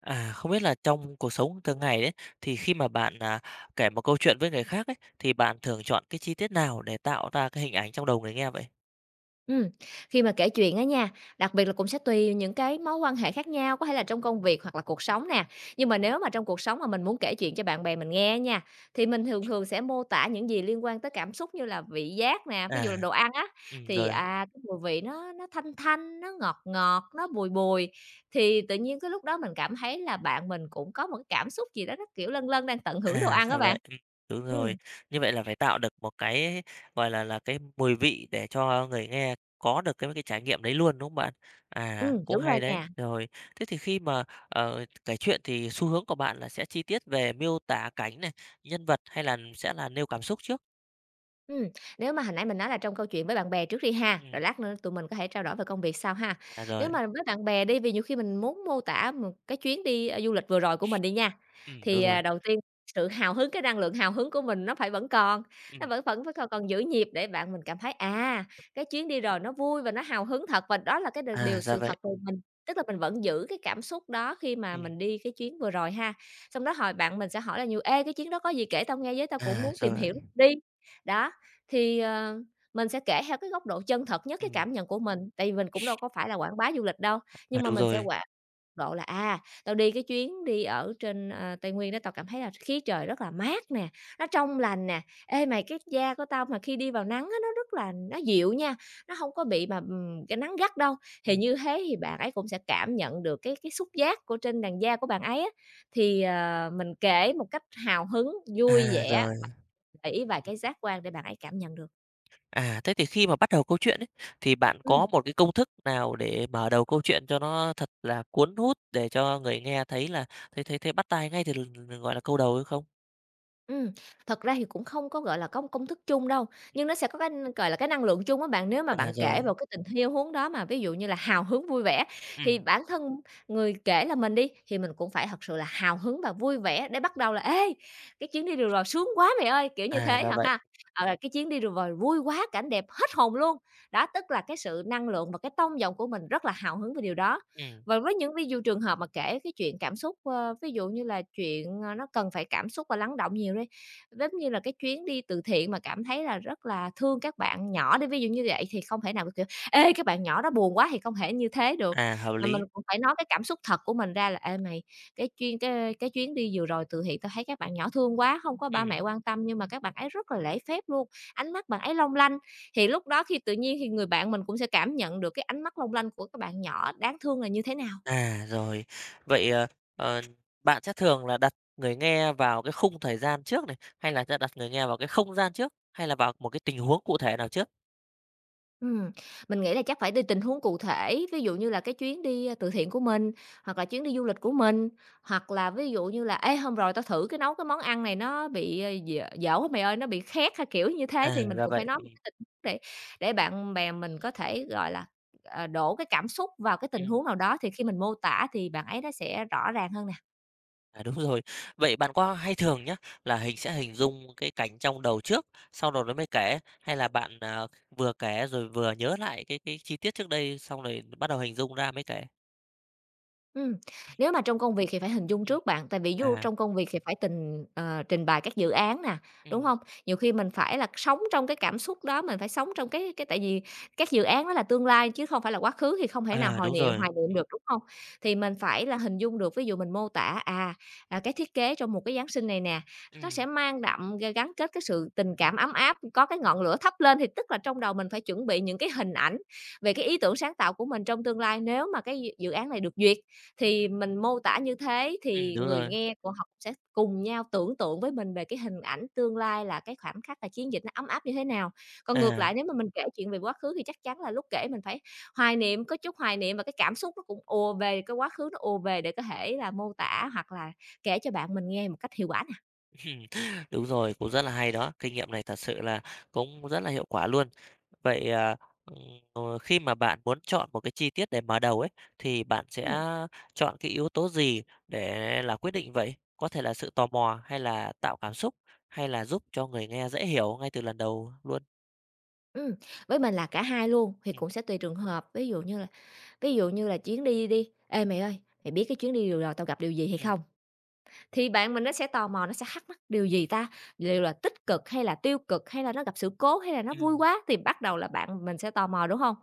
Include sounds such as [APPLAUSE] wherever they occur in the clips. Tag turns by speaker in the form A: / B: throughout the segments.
A: À, không biết là trong cuộc sống thường ngày đấy thì khi mà bạn, kể một câu chuyện với người khác ấy, thì bạn thường chọn cái chi tiết nào để tạo ra cái hình ảnh trong đầu người nghe vậy?
B: Ừm, khi mà kể chuyện á nha, đặc biệt là cũng sẽ tùy những cái mối quan hệ khác nhau, có thể là trong công việc hoặc là cuộc sống nè. Nhưng mà nếu mà trong cuộc sống mà mình muốn kể chuyện cho bạn bè mình nghe nha, thì mình thường thường sẽ mô tả những gì liên quan tới cảm xúc như là vị giác nè, ví dụ là
A: À,
B: đồ ăn á, thì,
A: rồi,
B: cái mùi vị nó thanh thanh, nó ngọt ngọt, nó bùi bùi, thì tự nhiên cái lúc đó mình cảm thấy là bạn mình cũng có một cái cảm xúc gì đó nó, kiểu, lân lân đang tận hưởng đồ
A: à,
B: ăn
A: ra
B: đó bạn.
A: vậy, đúng rồi.
B: Ừm,
A: Như vậy là phải tạo được một cái, gọi là, cái mùi vị để cho người nghe có được cái trải nghiệm đấy luôn, đúng không bạn? À, cũng
B: đúng rồi
A: hay đấy.
B: nè.
A: Rồi, thế thì khi mà, kể chuyện thì xu hướng của bạn là sẽ chi tiết về miêu tả cảnh này, nhân vật hay là sẽ là nêu cảm xúc trước?
B: Ừm, nếu mà hồi nãy mình nói là trong câu chuyện với bạn bè trước đi ha,
A: Ừm,
B: rồi lát nữa tụi mình có thể trao đổi về công việc sau ha.
A: à, rồi,
B: Nếu mà với bạn bè đi, vì nhiều khi mình muốn mô tả một cái chuyến đi, du lịch vừa rồi của mình đi nha,
A: đúng
B: thì,
A: rồi.
B: đầu tiên sự hào hứng, cái năng lượng hào hứng của mình nó phải vẫn còn, nó
A: Ừm.
B: vẫn vẫn phải còn còn giữ nhịp để bạn mình cảm thấy, cái chuyến đi rồi nó vui và nó hào hứng thật và đó là cái
A: À,
B: điều
A: ra
B: sự
A: vậy.
B: thật về mình. Tức là mình vẫn giữ cái cảm xúc đó khi mà
A: Ừm.
B: mình đi cái chuyến vừa rồi ha. Xong đó hỏi bạn mình sẽ hỏi là nhiều: "Ê, cái chuyến đó có gì kể tao nghe với, tao cũng
A: À,
B: muốn tìm
A: rồi.
B: hiểu đi." Đó, thì, mình sẽ kể theo cái góc độ chân thật nhất cái
A: Ừm.
B: cảm nhận của mình, tại vì mình cũng đâu có phải là quảng bá du lịch đâu,
A: À,
B: nhưng mà
A: đúng
B: mình sẽ
A: rồi.
B: quảng độ là, tao đi cái chuyến đi ở trên, Tây Nguyên đó, tao cảm thấy là khí trời rất là mát nè, nó trong lành nè. Ê, mày cái da của tao mà khi đi vào nắng á, nó rất là nó dịu nha, nó không có bị mà, cái nắng gắt đâu. Thì
A: Ừm.
B: như thế thì bạn ấy cũng sẽ cảm nhận được cái xúc giác của trên làn da của bạn ấy á. Thì, mình kể một cách hào hứng, vui
A: À,
B: vẻ,
A: rồi.
B: gợi ý vài
A: Ừm.
B: cái giác quan để bạn ấy cảm nhận được.
A: À, thế thì khi mà bắt đầu câu chuyện ấy, thì bạn có
B: Ừm,
A: một cái công thức nào để mở đầu câu chuyện cho nó thật là cuốn hút để cho người nghe thấy là thấy thấy thấy bắt tai ngay từ lần gọi là, câu đầu hay không?
B: ừm, thật ra thì cũng không có, gọi là, có một công thức chung đâu, nhưng nó sẽ có cái, gọi là, cái năng lượng chung á bạn. Nếu mà
A: À,
B: bạn
A: rồi.
B: kể vào cái tình yêu hướng đó mà ví dụ như là hào hứng, vui vẻ, thì
A: Ừm.
B: bản thân người kể là mình đi, thì mình cũng phải thật sự là hào hứng và vui vẻ để bắt đầu là "Ê, cái chuyến đi vừa rồi sướng quá mày ơi!", kiểu như
A: À,
B: thế
A: ra
B: hả
A: vậy.
B: ha. Ờ, "Cái chuyến đi vừa rồi vui quá, cảnh đẹp hết hồn luôn!", đó, tức là cái sự năng lượng và cái tông giọng của mình rất là hào hứng về điều đó.
A: Ừm.
B: Và với những ví dụ trường hợp mà kể cái chuyện cảm xúc, ví dụ như là chuyện, nó cần phải cảm xúc và lắng động nhiều đi, giống như là cái chuyến đi từ thiện mà cảm thấy là rất là thương các bạn nhỏ đi, ví dụ như vậy thì không thể nào, kiểu, "Ê, các bạn nhỏ đó buồn quá" thì không thể như thế được,
A: À, hợp
B: mà mình
A: lý.
B: cũng phải nói cái cảm xúc thật của mình ra là "Ê, mày, cái chuyên cái chuyến đi vừa rồi từ thiện tao thấy các bạn nhỏ thương quá, không có ba
A: Ừm.
B: mẹ quan tâm nhưng mà các bạn ấy rất là lễ phép luôn, ánh mắt bạn ấy long lanh." Thì lúc đó khi tự nhiên thì người bạn mình cũng sẽ cảm nhận được cái ánh mắt long lanh của các bạn nhỏ đáng thương là như thế nào.
A: À, rồi. Vậy, ờ, bạn sẽ thường là đặt người nghe vào cái khung thời gian trước này, hay là sẽ đặt người nghe vào cái không gian trước, hay là vào một cái tình huống cụ thể nào trước?
B: Ừm, mình nghĩ là chắc phải đi tình huống cụ thể, ví dụ như là cái chuyến đi, từ thiện của mình, hoặc là chuyến đi du lịch của mình, hoặc là ví dụ như là "Ê, hôm rồi tao thử cái nấu cái món ăn này nó bị, dở dở quá mày ơi, nó bị khét" hay kiểu như thế,
A: À,
B: thì mình
A: ra
B: cũng phải
A: vậy.
B: nói một cái tình huống để bạn bè mình có thể, gọi là, đổ cái cảm xúc vào cái tình
A: Ừm,
B: huống nào đó, thì khi mình mô tả thì bạn ấy nó sẽ rõ ràng hơn.
A: à, đúng rồi. Vậy bạn có hay thường nhá, là hình dung cái cảnh trong đầu trước, sau đó nó mới kể, hay là bạn, vừa kể rồi vừa nhớ lại cái chi tiết trước đây, xong rồi bắt đầu hình dung ra mới kể?
B: Ừm, nếu mà trong công việc thì phải hình dung
A: Ừm,
B: trước bạn, tại vì ví dụ
A: à,
B: trong công việc thì phải trình bày các dự án nè, đúng
A: ừm,
B: không? Nhiều khi mình phải là sống trong cái cảm xúc đó, mình phải sống trong cái tại vì các dự án đó là tương lai chứ không phải là quá khứ thì không thể nào
A: à,
B: hồi
A: đúng
B: niệm
A: rồi.
B: hoài niệm được, đúng không? Thì mình phải là hình dung được, ví dụ mình mô tả, cái thiết kế trong một cái Giáng sinh này nè, nó
A: Ừm,
B: sẽ mang đậm gắn kết cái sự tình cảm ấm áp, có cái ngọn lửa thắp lên thì tức là trong đầu mình phải chuẩn bị những cái hình ảnh về cái ý tưởng sáng tạo của mình trong tương lai nếu mà cái dự dự án này được duyệt. Thì mình mô tả như thế thì
A: đúng
B: người
A: rồi.
B: nghe của họ sẽ cùng nhau tưởng tượng với mình về cái hình ảnh tương lai là cái khoảnh khắc là chiến dịch nó ấm áp như thế nào. Còn ngược
A: À.
B: lại nếu mà mình kể chuyện về quá khứ thì chắc chắn là lúc kể mình phải hoài niệm, có chút hoài niệm và cái cảm xúc nó cũng ùa về, cái quá khứ nó ùa về để có thể là mô tả hoặc là kể cho bạn mình nghe một cách hiệu quả nè.
A: [LAUGHS] Đúng rồi, cũng rất là hay đó. Kinh nghiệm này thật sự là cũng rất là hiệu quả luôn. Vậy, ừm, khi mà bạn muốn chọn một cái chi tiết để mở đầu ấy, thì bạn sẽ
B: Ừm,
A: chọn cái yếu tố gì để là quyết định vậy? Có thể là sự tò mò hay là tạo cảm xúc, hay là giúp cho người nghe dễ hiểu ngay từ lần đầu luôn?
B: ừm, với mình là cả hai luôn, thì
A: Ừm,
B: cũng sẽ tùy trường hợp, ví dụ như là chuyến đi đi: "Ê, mày ơi, mày biết cái chuyến đi rồi tao gặp điều gì hay
A: ừm,
B: không?" Thì bạn mình nó sẽ tò mò, nó sẽ thắc mắc điều gì ta? Liệu là tích cực hay là tiêu cực, hay là nó gặp sự cố, hay là nó vui
A: ừm,
B: quá? Thì bắt đầu là bạn mình sẽ tò mò, đúng không?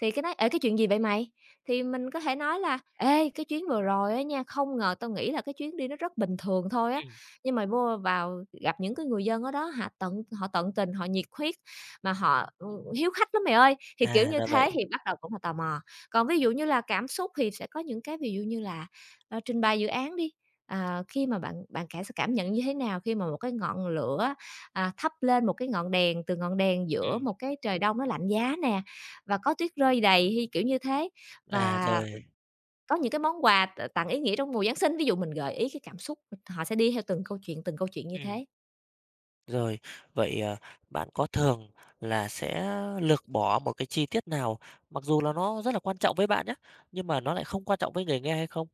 B: Thì cái nói: "Ê, cái chuyện gì vậy mày?" Thì mình có thể nói là "Ê, cái chuyến vừa rồi á nha, không ngờ tao nghĩ là cái chuyến đi nó rất bình thường thôi á,
A: ừm.
B: nhưng mà mua vào gặp những cái người dân ở đó họ tận tình, họ nhiệt huyết, mà họ, hiếu khách lắm mày ơi." Thì kiểu
A: À,
B: như
A: ra vậy.
B: thế thì bắt đầu cũng là tò mò. Còn ví dụ như là cảm xúc thì sẽ có những cái ví dụ như là, trình bày dự án đi. Ờ, khi mà bạn bạn cảm sẽ cảm nhận như thế nào khi mà một cái ngọn lửa, thắp lên một cái ngọn đèn từ ngọn đèn giữa
A: Ừm,
B: một cái trời đông nó lạnh giá nè, và có tuyết rơi đầy hay kiểu như thế?
A: à,
B: Và
A: rồi.
B: có những cái món quà tặng ý nghĩa trong mùa Giáng sinh, ví dụ mình gợi ý cái cảm xúc, họ sẽ đi theo từng câu chuyện như
A: Ừm.
B: thế.
A: Rồi, vậy, bạn có thường là sẽ lược bỏ một cái chi tiết nào mặc dù là nó rất là quan trọng với bạn nhé nhưng mà nó lại không quan trọng với người nghe hay không?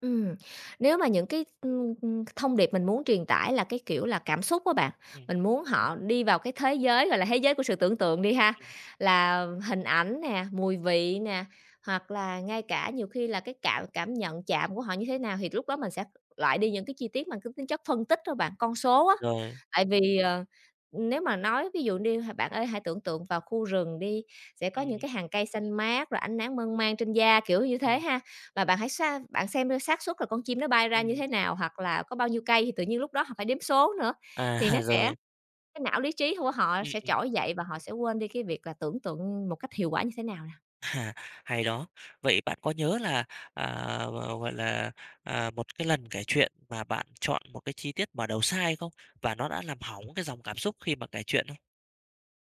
B: Ừm, nếu mà những cái, ưm, ưm, thông điệp mình muốn truyền tải là cái, kiểu là, cảm xúc á bạn,
A: Ừm,
B: mình muốn họ đi vào cái thế giới, gọi là, thế giới của sự tưởng tượng đi ha,
A: ừm,
B: là hình ảnh nè, mùi vị nè, hoặc là ngay cả nhiều khi là cái cảm cảm nhận chạm của họ như thế nào, thì lúc đó mình sẽ loại đi những cái chi tiết mang cái tính chất phân tích thôi bạn, con số á.
A: rồi,
B: Tại vì, nếu mà nói ví dụ đi "Bạn ơi, hãy tưởng tượng vào khu rừng đi, sẽ có những
A: ừm,
B: cái hàng cây xanh mát, rồi ánh nắng mơn man trên da", kiểu như thế
A: ừm,
B: ha. Và bạn hãy bạn xem coi xác suất là con chim nó bay ra như
A: ừm,
B: thế nào, hoặc là có bao nhiêu cây thì tự nhiên lúc đó họ phải đếm số nữa,
A: à,
B: thì nó
A: [LAUGHS]
B: sẽ
A: rồi,
B: cái não lý trí của họ
A: ừm,
B: sẽ
A: ừm,
B: trỗi dậy và họ sẽ quên đi cái việc là tưởng tượng một cách hiệu quả như thế nào.
A: à, hay đó. Vậy bạn có nhớ là, à, gọi là, một cái lần kể chuyện mà bạn chọn một cái chi tiết mở đầu sai không? Và nó đã làm hỏng cái dòng cảm xúc khi mà kể chuyện không?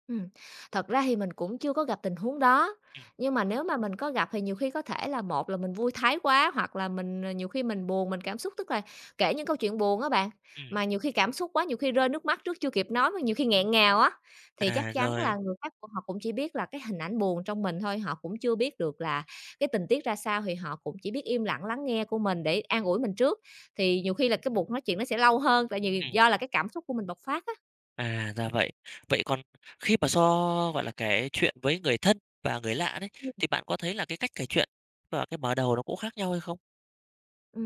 B: Ừm, Thật ra thì mình cũng chưa có gặp tình huống đó,
A: Ừm,
B: nhưng mà nếu mà mình có gặp thì nhiều khi có thể là một là mình vui thái quá, hoặc là mình, nhiều khi mình buồn, mình cảm xúc, tức là kể những câu chuyện buồn á bạn,
A: ừm,
B: mà nhiều khi cảm xúc quá, nhiều khi rơi nước mắt trước chưa kịp nói, mà nhiều khi nghẹn ngào á, thì chắc
A: à,
B: chắn
A: rồi,
B: là người khác của họ cũng chỉ biết là cái hình ảnh buồn trong mình thôi, họ cũng chưa biết được là cái tình tiết ra sao, thì họ cũng chỉ biết im lặng lắng nghe của mình để an ủi mình trước. Thì nhiều khi là cái buộc nói chuyện nó sẽ lâu hơn, tại vì
A: ừm.
B: do là cái cảm xúc của mình bộc phát á.
A: À, ra vậy. Vậy còn khi mà so, gọi là, kể chuyện với người thân và người lạ đấy, thì bạn có thấy là cái cách kể chuyện và cái mở đầu nó cũng khác nhau hay không?
B: Ừ,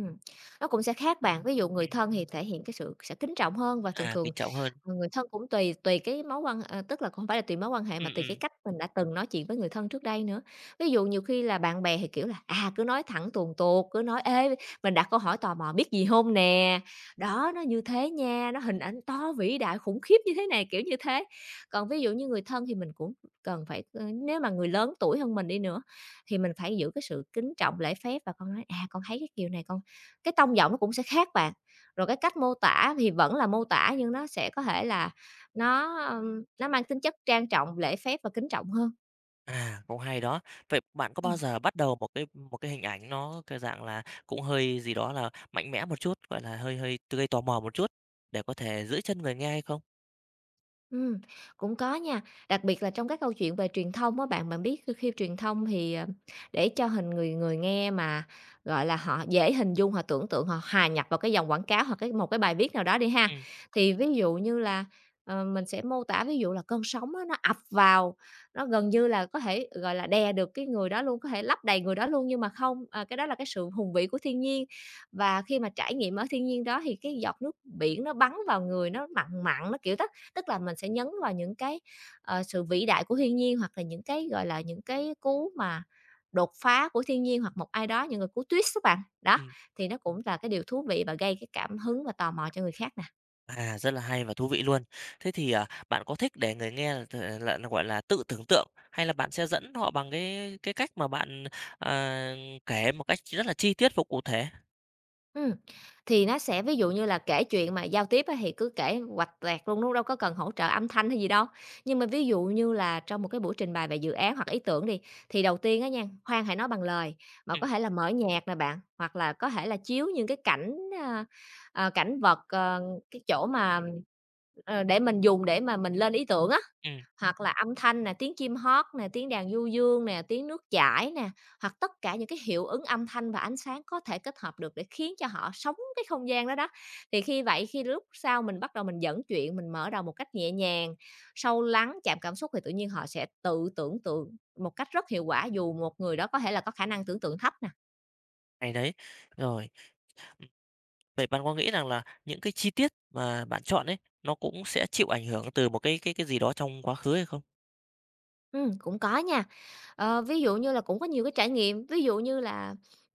B: nó cũng sẽ khác bạn, ví dụ người
A: Ừm,
B: thân thì thể hiện cái sự sẽ kính trọng hơn và thường
A: à,
B: thường.
A: kính trọng hơn.
B: Ờ, người thân cũng tùy tùy cái mối quan tức là không phải là tùy mối quan hệ mà
A: Ừm,
B: tùy cái
A: ừm.
B: cách mình đã từng nói chuyện với người thân trước đây nữa. Ví dụ nhiều khi là bạn bè thì, kiểu là, à, cứ nói thẳng tuồn tuột, cứ nói: "Ê, mình đặt câu hỏi tò mò biết gì hông nè? Đó, nó như thế nha, nó hình ảnh to vĩ đại khủng khiếp như thế này", kiểu như thế. Còn ví dụ như người thân thì mình cũng cần phải nếu mà người lớn tuổi hơn mình đi nữa thì mình phải giữ cái sự kính trọng lễ phép và con nói: "À, con thấy cái kiểu này con", cái tông giọng nó cũng sẽ khác bạn. Rồi cái cách mô tả thì vẫn là mô tả nhưng nó sẽ có thể là nó, nó mang tính chất trang trọng, lễ phép và kính trọng hơn.
A: À, cũng hay đó. Vậy bạn có bao
B: Ừm.
A: giờ bắt đầu một cái hình ảnh nó cái dạng là cũng hơi gì đó là mạnh mẽ một chút, gọi là, hơi hơi gây tò mò một chút để có thể giữ chân người nghe hay không?
B: Ừm, cũng có nha, đặc biệt là trong các câu chuyện về truyền thông á bạn, bạn biết khi khi truyền thông thì, để cho hình người người nghe mà, gọi là, họ dễ hình dung, họ tưởng tượng, họ hòa nhập vào cái dòng quảng cáo hoặc cái một cái bài viết nào đó đi ha.
A: Ừm,
B: Thì ví dụ như là, mình sẽ mô tả ví dụ là cơn sóng á nó ập vào, nó gần như là có thể, gọi là, đè được cái người đó luôn, có thể lấp đầy người đó luôn, nhưng mà không, à, cái đó là cái sự hùng vĩ của thiên nhiên. Và khi mà trải nghiệm ở thiên nhiên đó thì cái giọt nước biển nó bắn vào người nó mặn mặn, nó, kiểu. Tức là mình sẽ nhấn vào những cái, sự vĩ đại của thiên nhiên hoặc là những cái, gọi là, những cái cú mà đột phá của thiên nhiên hoặc một ai đó, những người cú twist các bạn. Đó,
A: ừm.
B: thì nó cũng là cái điều thú vị và gây cái cảm hứng và tò mò cho người khác nè.
A: À, rất là hay và thú vị luôn. Thế thì, bạn có thích để người nghe là, gọi là, tự tưởng tượng hay là bạn sẽ dẫn họ bằng cái cách mà bạn, ờ, kể một cách rất là chi tiết và cụ thể?
B: Ừm, thì nó sẽ ví dụ như là kể chuyện mà giao tiếp á thì cứ kể huỵch toẹt luôn, đúng đâu có cần hỗ trợ âm thanh hay gì đâu. Nhưng mà ví dụ như là trong một cái buổi trình bày về dự án hoặc ý tưởng đi, thì đầu tiên á nha, khoan hãy nói bằng lời, mà
A: Ừm,
B: có thể là mở nhạc nè bạn, hoặc là có thể là chiếu những cái cảnh, a, cảnh vật, cái chỗ mà, để mình dùng để mà mình lên ý tưởng á.
A: ừm,
B: Hoặc là âm thanh nè, tiếng chim hót nè, tiếng đàn du dương nè, tiếng nước chảy nè, hoặc tất cả những cái hiệu ứng âm thanh và ánh sáng có thể kết hợp được để khiến cho họ sống cái không gian đó đó. Thì khi lúc sau mình bắt đầu mình dẫn chuyện, mình mở đầu một cách nhẹ nhàng, sâu lắng, chạm cảm xúc thì tự nhiên họ sẽ tự tưởng tượng một cách rất hiệu quả dù một người đó có thể là có khả năng tưởng tượng thấp.
A: hay đấy. Rồi, ừm, vậy bạn có nghĩ rằng là những cái chi tiết mà bạn chọn ấy, nó cũng sẽ chịu ảnh hưởng từ một cái gì đó trong quá khứ hay không?
B: Cũng có nha. Ờ, ví dụ như là cũng có nhiều cái trải nghiệm, ví dụ như là,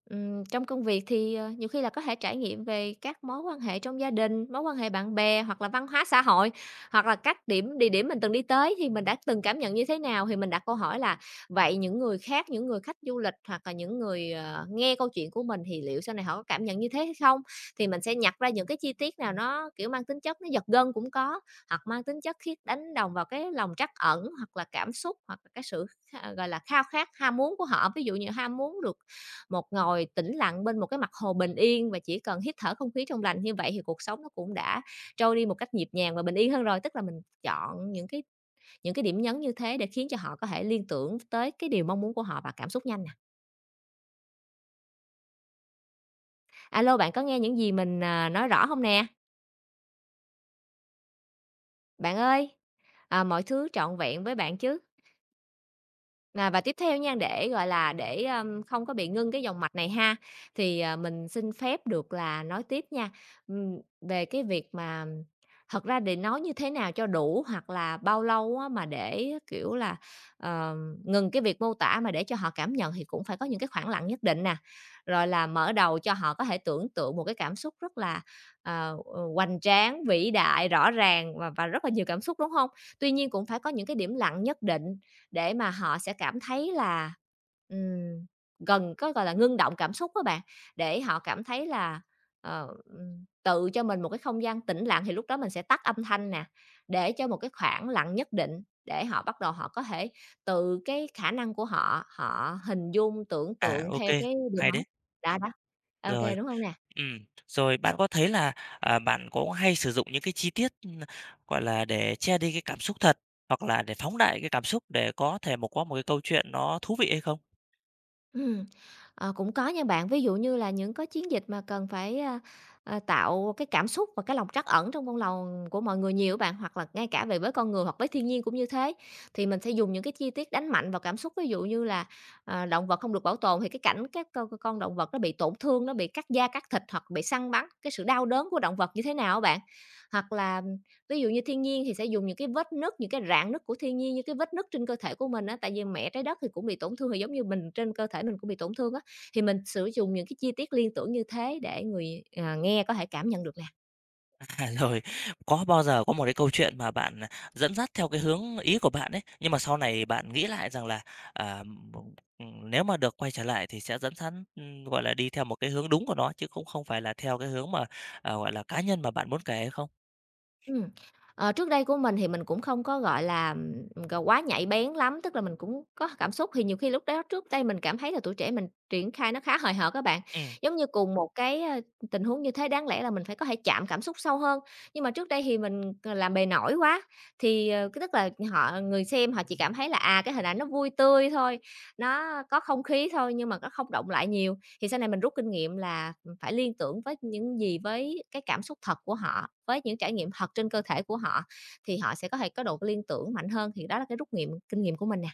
B: trong công việc thì, nhiều khi là có thể trải nghiệm về các mối quan hệ trong gia đình, mối quan hệ bạn bè hoặc là văn hóa xã hội, hoặc là các địa điểm mình từng đi tới thì mình đã từng cảm nhận như thế nào. Thì mình đặt câu hỏi là vậy những người khác, những người khách du lịch hoặc là những người, nghe câu chuyện của mình thì liệu sau này họ có cảm nhận như thế hay không? Thì mình sẽ nhặt ra những cái chi tiết nào nó, kiểu, mang tính chất nó giật gân cũng có, hoặc mang tính chất khiết đánh đồng vào cái lòng trắc ẩn, hoặc là cảm xúc, hoặc là cái sự gọi là, khao khát, ham muốn của họ. Ví dụ như ham muốn được một ngồi tĩnh lặng bên một cái mặt hồ bình yên và chỉ cần hít thở không khí trong lành, như vậy thì cuộc sống nó cũng đã trôi đi một cách nhịp nhàng và bình yên hơn rồi. Tức là mình chọn những cái điểm nhấn như thế để khiến cho họ có thể liên tưởng tới cái điều mong muốn của họ và cảm xúc nhanh nè. Alo bạn có nghe những gì mình, à, nói rõ không nè? Bạn ơi, à, mọi thứ trọn vẹn với bạn chứ? À, và tiếp theo nha, để, gọi là, để, không có bị ngưng cái dòng mạch này ha, thì, mình xin phép được là nói tiếp nha, về cái việc mà thật ra để nói như thế nào cho đủ hoặc là bao lâu á mà để, kiểu là, ờ, ngừng cái việc mô tả mà để cho họ cảm nhận thì cũng phải có những cái khoảng lặng nhất định nè. Rồi là mở đầu cho họ có thể tưởng tượng một cái cảm xúc rất là, hoành tráng, vĩ đại, rõ ràng và rất là nhiều cảm xúc, đúng không? Tuy nhiên cũng phải có những cái điểm lặng nhất định để mà họ sẽ cảm thấy là, ừm, gần có, gọi là, ngưng động cảm xúc á bạn, để họ cảm thấy là, tự cho mình một cái không gian tĩnh lặng thì lúc đó mình sẽ tắt âm thanh nè, để cho một cái khoảng lặng nhất định để họ bắt đầu họ có thể từ cái khả năng của họ, họ hình dung, tưởng
A: À,
B: tượng
A: ok,
B: theo cái điều
A: hay
B: họ.
A: đấy.
B: Đó, đó. OK
A: Rồi.
B: đúng không nè?
A: Ừm, rồi bạn có thấy là, bạn có hay sử dụng những cái chi tiết, gọi là, để che đi cái cảm xúc thật, hoặc là để phóng đại cái cảm xúc để có thể có một cái câu chuyện nó thú vị hay không?
B: Ừm, cũng có nha bạn. Ví dụ như là những có chiến dịch mà cần phải, tạo cái cảm xúc và cái lòng trắc ẩn trong con lòng của mọi người nhiều bạn, hoặc là ngay cả về với con người hoặc với thiên nhiên cũng như thế, thì mình sẽ dùng những cái chi tiết đánh mạnh vào cảm xúc. Ví dụ như là, à, động vật không được bảo tồn thì cái cảnh các con động vật nó bị tổn thương, nó bị cắt da, cắt thịt hoặc bị săn bắn, cái sự đau đớn của động vật như thế nào á bạn. Hoặc là, ví dụ như thiên nhiên thì sẽ dùng những cái vết nứt, những cái rạn nứt của thiên nhiên như cái vết nứt trên cơ thể của mình á, tại vì mẹ Trái Đất thì cũng bị tổn thương, thì giống như mình trên cơ thể mình cũng bị tổn thương á, thì mình sử dụng những cái chi tiết liên tưởng như thế để người, à, nghe có thể cảm nhận được nè.
A: [LAUGHS] À, rồi, có bao giờ có một cái câu chuyện mà bạn, dẫn dắt theo cái hướng ý của bạn ấy, nhưng mà sau này bạn nghĩ lại rằng là, à, nếu mà được quay trở lại thì sẽ dẫn dắt, gọi là, đi theo một cái hướng đúng của nó, chứ cũng không phải là theo cái hướng mà, gọi là, cá nhân mà bạn muốn kể hay không?
B: Ừm, trước đây của mình thì mình cũng không có, gọi là, g quá nhạy bén lắm, tức là mình cũng có cảm xúc thì nhiều khi lúc đó trước đây mình cảm thấy là tuổi trẻ mình triển khai nó khá hời hợt á bạn.
A: Ừm.
B: Giống như cùng một cái, tình huống như thế đáng lẽ là mình phải có thể chạm cảm xúc sâu hơn, nhưng mà trước đây thì mình, làm bề nổi quá, thì, cái tức là họ người xem họ chỉ cảm thấy là, à, cái hình ảnh nó vui tươi thôi, nó có không khí thôi nhưng mà nó không động lại nhiều. Thì sau này mình rút kinh nghiệm là phải liên tưởng với những gì với cái cảm xúc thật của họ, với những trải nghiệm thật trên cơ thể của họ thì họ sẽ có thể có độ liên tưởng mạnh hơn, thì đó là cái rút nghiệm kinh nghiệm của mình nè.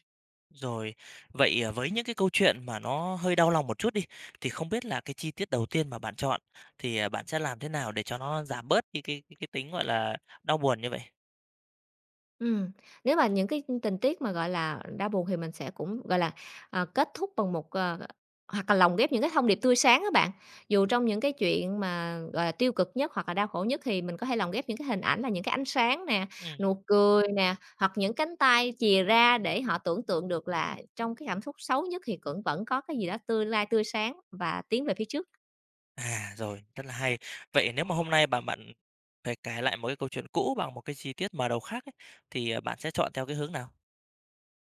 A: Rồi, vậy, với những cái câu chuyện mà nó hơi đau lòng một chút đi, thì không biết là cái chi tiết đầu tiên mà bạn chọn thì, bạn sẽ làm thế nào để cho nó giảm bớt đi cái tính, gọi là, đau buồn như vậy?
B: Ừ, nếu mà những cái tình tiết mà, gọi là, đau buồn thì mình sẽ cũng, gọi là, kết thúc bằng một, hoặc là lồng ghép những cái thông điệp tươi sáng các bạn. Dù trong những cái chuyện mà, gọi là, tiêu cực nhất hoặc là đau khổ nhất thì mình có thể lồng ghép những cái hình ảnh là những cái ánh sáng nè,
A: Ừm.
B: nụ cười nè, hoặc những cánh tay chìa ra để họ tưởng tượng được là trong cái cảm xúc xấu nhất thì cũng vẫn có cái gì đó tươi lai tươi sáng và tiến về phía trước.
A: À, rồi, rất là hay. Vậy nếu mà hôm nay mà bạn phải kể lại một cái câu chuyện cũ bằng một cái chi tiết mở đầu khác ấy, thì, bạn sẽ chọn theo cái hướng nào?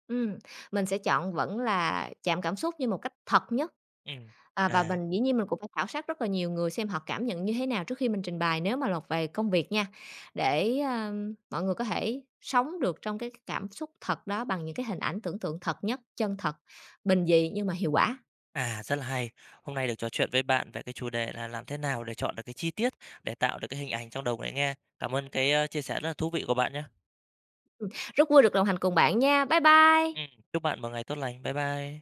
B: Ừ, mình sẽ chọn vẫn là chạm cảm xúc như một cách thật nhất.
A: Ừm,
B: À, và
A: à,
B: mình dĩ nhiên mình cũng phải khảo sát rất là nhiều người xem họ cảm nhận như thế nào trước khi mình trình bày nếu mà lột về công việc nha, để, mọi người có thể sống được trong cái cảm xúc thật đó bằng những cái hình ảnh tưởng tượng thật nhất, chân thật, bình dị nhưng mà hiệu quả.
A: à, rất là hay. Hôm nay được trò chuyện với bạn về cái chủ đề là làm thế nào để chọn được cái chi tiết để tạo được cái hình ảnh trong đầu người nghe. Cảm ơn cái, chia sẻ rất là thú vị của bạn nhé.
B: Rất vui được đồng hành cùng bạn nha. Bye
A: Ừm,
B: bye.
A: chúc bạn một ngày tốt lành. Bye bye.